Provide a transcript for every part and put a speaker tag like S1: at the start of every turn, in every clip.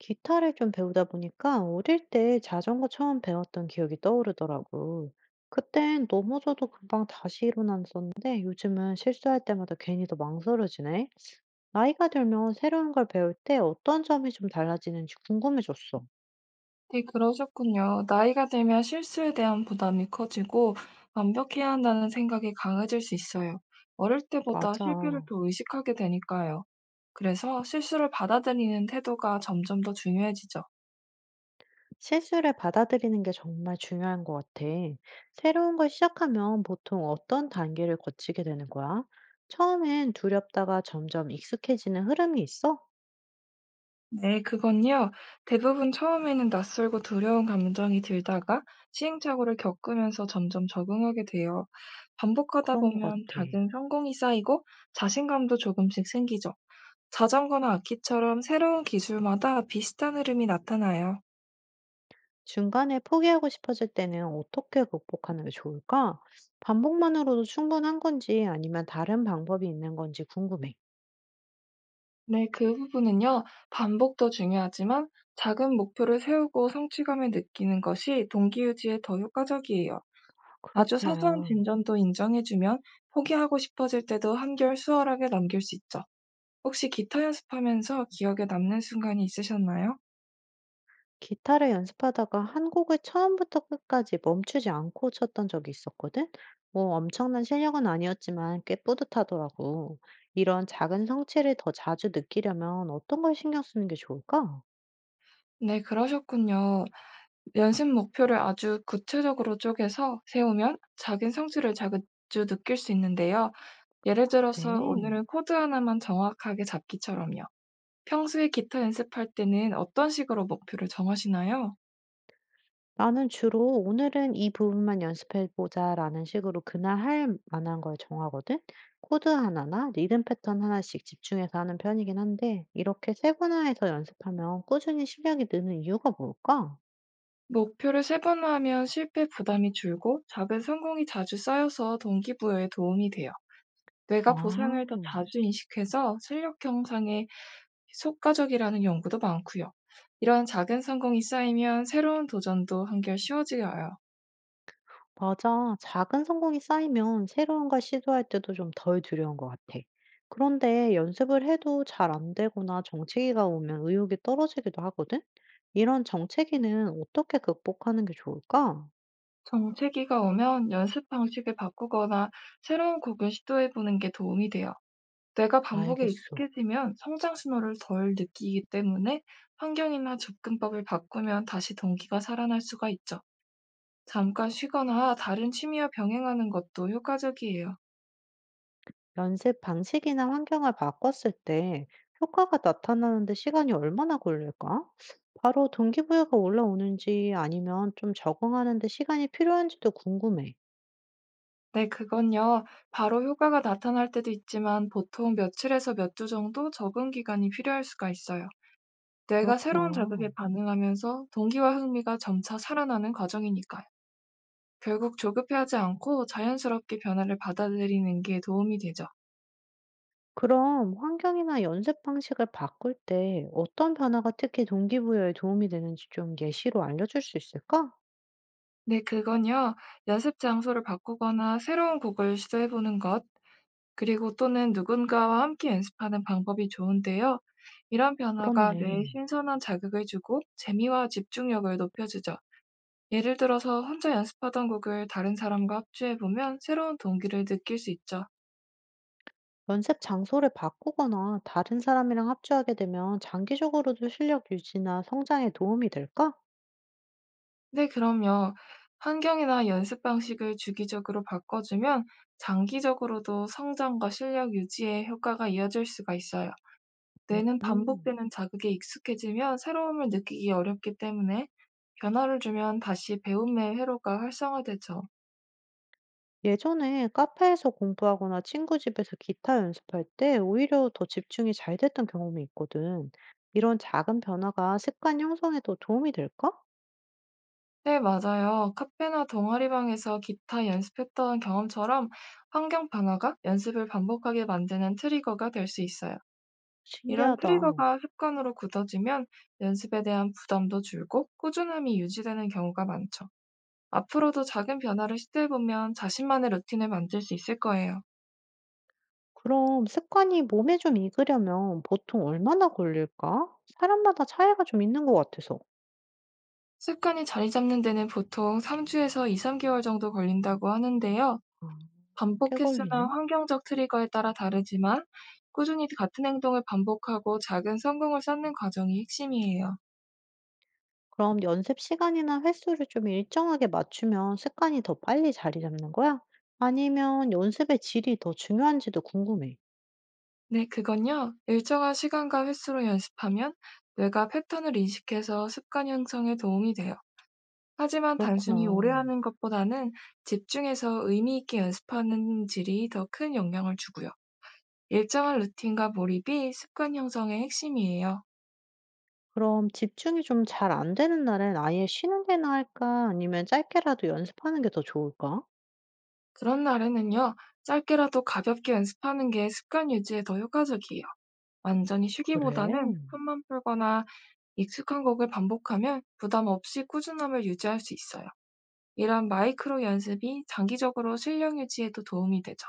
S1: 기타를 좀 배우다 보니까 어릴 때 자전거 처음 배웠던 기억이 떠오르더라고. 그땐 넘어져도 금방 다시 일어났었는데 요즘은 실수할 때마다 괜히 더 망설여지네. 나이가 들면 새로운 걸 배울 때 어떤 점이 좀 달라지는지 궁금해졌어.
S2: 네, 그러셨군요. 나이가 들면 실수에 대한 부담이 커지고 완벽해야 한다는 생각이 강해질 수 있어요. 어릴 때보다 실패를
S1: 맞아.
S2: 더 의식하게 되니까요. 그래서 실수를 받아들이는 태도가 점점 더 중요해지죠.
S1: 실수를 받아들이는 게 정말 중요한 것 같아. 새로운 걸 시작하면 보통 어떤 단계를 거치게 되는 거야? 처음엔 두렵다가 점점 익숙해지는 흐름이 있어?
S2: 네, 그건요. 대부분 처음에는 낯설고 두려운 감정이 들다가 시행착오를 겪으면서 점점 적응하게 돼요. 반복하다
S1: 그런 것
S2: 보면
S1: 같아.
S2: 작은 성공이 쌓이고 자신감도 조금씩 생기죠. 자전거나 악기처럼 새로운 기술마다 비슷한 흐름이 나타나요.
S1: 중간에 포기하고 싶어질 때는 어떻게 극복하는 게 좋을까? 반복만으로도 충분한 건지 아니면 다른 방법이 있는 건지 궁금해.
S2: 네, 그 부분은요, 반복도 중요하지만 작은 목표를 세우고 성취감을 느끼는 것이 동기유지에 더 효과적이에요.
S1: 아,
S2: 아주 사소한
S1: 그렇구나.
S2: 진전도 인정해주면 포기하고 싶어질 때도 한결 수월하게 넘길 수 있죠. 혹시 기타 연습하면서 기억에 남는 순간이 있으셨나요?
S1: 기타를 연습하다가 한 곡을 처음부터 끝까지 멈추지 않고 쳤던 적이 있었거든? 뭐 엄청난 실력은 아니었지만 꽤 뿌듯하더라고. 이런 작은 성취를 더 자주 느끼려면 어떤 걸 신경 쓰는 게 좋을까?
S2: 네, 그러셨군요. 연습 목표를 아주 구체적으로 쪼개서 세우면 작은 성취를 자주 느낄 수 있는데요. 예를
S1: 아, 그래.
S2: 들어서 "오늘은 코드 하나만 정확하게 잡기처럼요." 평소에 기타 연습할 때는 어떤 식으로 목표를 정하시나요?
S1: 나는 주로 '오늘은 이 부분만 연습해 보자.'라는 식으로 그날 할 만한 걸 정하거든. 코드 하나나 리듬 패턴 하나씩 집중해서 하는 편이긴 한데 이렇게 세분화해서 연습하면 꾸준히 실력이 느는 이유가 뭘까?
S2: 목표를 세분화하면 실패 부담이 줄고 작은 성공이 자주 쌓여서 동기부여에 도움이 돼요.
S1: 아,
S2: 뇌가 보상을 더 자주 인식해서 실력 향상에 효과적이라는 연구도 많고요. 이런 작은 성공이 쌓이면 새로운 도전도 한결 쉬워져요.
S1: 맞아. 작은 성공이 쌓이면 새로운 걸 시도할 때도 좀 덜 두려운 것 같아. 그런데 연습을 해도 잘 안 되거나 정체기가 오면 의욕이 떨어지기도 하거든. 이런 정체기는 어떻게 극복하는 게 좋을까?
S2: 정체기가 오면 연습 방식을 바꾸거나 새로운 곡을 시도해 보는 게 도움이 돼요. 뇌가 반복에
S1: 알겠어.
S2: 익숙해지면 성장 신호를 덜 느끼기 때문에 환경이나 접근법을 바꾸면 다시 동기가 살아날 수가 있죠. 잠깐 쉬거나 다른 취미와 병행하는 것도 효과적이에요.
S1: 연습 방식이나 환경을 바꿨을 때 효과가 나타나는데 시간이 얼마나 걸릴까? 바로 동기부여가 올라오는지 아니면 좀 적응하는데 시간이 필요한지도 궁금해.
S2: 네, 그건요. 바로 효과가 나타날 때도 있지만 보통 며칠에서 몇 주 정도 적응 기간이 필요할 수가 있어요. 뇌가 새로운
S1: 그렇구나.
S2: 자극에 반응하면서 동기와 흥미가 점차 살아나는 과정이니까요. 결국 조급해하지 않고 자연스럽게 변화를 받아들이는 게 도움이 되죠.
S1: 그럼 환경이나 연습 방식을 바꿀 때 어떤 변화가 특히 동기부여에 도움이 되는지 좀 예시로 알려줄 수 있을까?
S2: 네, 그건요. 연습 장소를 바꾸거나 새로운 곡을 시도해 보는 것, 그리고 또는 누군가와 함께 연습하는 방법이 좋은데요. 이런 변화가 뇌에
S1: 그렇네.
S2: 신선한 자극을 주고 재미와 집중력을 높여주죠. 예를 들어서 혼자 연습하던 곡을 다른 사람과 합주해 보면 새로운 동기를 느낄 수 있죠.
S1: 연습 장소를 바꾸거나 다른 사람이랑 합주하게 되면 장기적으로도 실력 유지나 성장에 도움이 될까?
S2: 네, 그럼요. 환경이나 연습 방식을 주기적으로 바꿔주면 장기적으로도 성장과 실력 유지에 효과가 이어질 수가 있어요. 뇌는
S1: 음.
S2: 반복되는 자극에 익숙해지면 새로움을 느끼기 어렵기 때문에 변화를 주면 다시 배움의 회로가 활성화되죠.
S1: 예전에 카페에서 공부하거나 친구 집에서 기타 연습할 때 오히려 더 집중이 잘 됐던 경험이 있거든. 이런 작은 변화가 습관 형성에도 도움이 될까?
S2: 네, 맞아요. 카페나 동아리방에서 기타 연습했던 경험처럼 환경 변화가 연습을 반복하게 만드는 트리거가 될 수 있어요. 이런
S1: 신기하다.
S2: 트리거가 습관으로 굳어지면 연습에 대한 부담도 줄고 꾸준함이 유지되는 경우가 많죠. 앞으로도 작은 변화를 시도해보면 자신만의 루틴을 만들 수 있을 거예요.
S1: 그럼 습관이 몸에 좀 익으려면 보통 얼마나 걸릴까? 사람마다 차이가 좀 있는 것 같아서.
S2: 습관이 자리 잡는 데는 보통 3주에서 2~3개월 정도 걸린다고 하는데요.
S1: 아, 꽤
S2: 반복 횟수나
S1: 걸리네.
S2: 환경적 트리거에 따라 다르지만 꾸준히 같은 행동을 반복하고 작은 성공을 쌓는 과정이 핵심이에요.
S1: 그럼 연습 시간이나 횟수를 좀 일정하게 맞추면 습관이 더 빨리 자리 잡는 거야? 아니면 연습의 질이 더 중요한지도 궁금해.
S2: 네, 그건요. 일정한 시간과 횟수로 연습하면 뇌가 패턴을 인식해서 습관 형성에 도움이 돼요. 하지만 단순히 오래
S1: 그렇구나.
S2: 하는 것보다는 집중해서 의미 있게 연습하는 질이 더 큰 영향을 주고요. 일정한 루틴과 몰입이 습관 형성의 핵심이에요.
S1: 그럼 집중이 좀 잘 안 되는 날엔 아예 쉬는 게 나을까? 아니면 짧게라도 연습하는 게 더 좋을까?
S2: 그런 날에는요, 짧게라도 가볍게 연습하는 게 습관 유지에 더 효과적이에요. 완전히
S1: 그래.
S2: 쉬기보다는 한만 풀거나 익숙한 곡을 반복하면 부담 없이 꾸준함을 유지할 수 있어요. 이런 마이크로 연습이 장기적으로 실력 유지에도 도움이 되죠.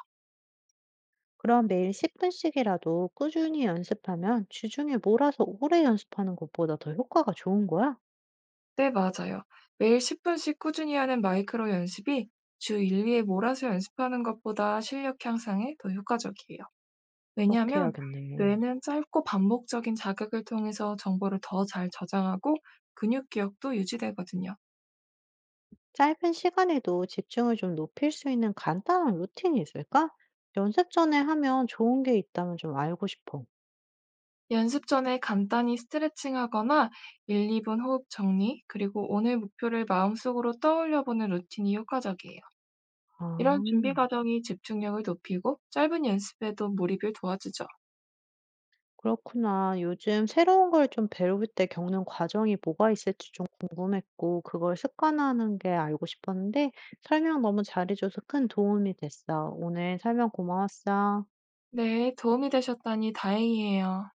S1: 그럼 매일 10분씩이라도 꾸준히 연습하면 주중에 몰아서 오래 연습하는 것보다 더 효과가 좋은 거야?
S2: 네, 맞아요. 매일 10분씩 꾸준히 하는 마이크로 연습이 주 1, 위회 몰아서 연습하는 것보다 실력 향상에 더 효과적이에요.
S1: 그렇게
S2: 왜냐하면
S1: 해야겠네.
S2: 뇌는 짧고 반복적인 자극을 통해서 정보를 더 잘 저장하고 근육 기억도 유지되거든요.
S1: 짧은 시간에도 집중을 좀 높일 수 있는 간단한 루틴이 있을까? 연습 전에 하면 좋은 게 있다면 좀 알고 싶어.
S2: 연습 전에 간단히 스트레칭 하거나 1, 2분 호흡 정리, 그리고 오늘 목표를 마음속으로 떠올려 보는 루틴이 효과적이에요.
S1: 아.
S2: 이런 준비 과정이 집중력을 높이고 짧은 연습에도 몰입을 도와주죠.
S1: 그렇구나. 요즘 새로운 걸 좀 배울 때 겪는 과정이 뭐가 있을지 좀 궁금했고, 그걸 습관화하는 게 알고 싶었는데, 설명 너무 잘해줘서 큰 도움이 됐어. 오늘 설명 고마웠어.
S2: 네, 도움이 되셨다니 다행이에요.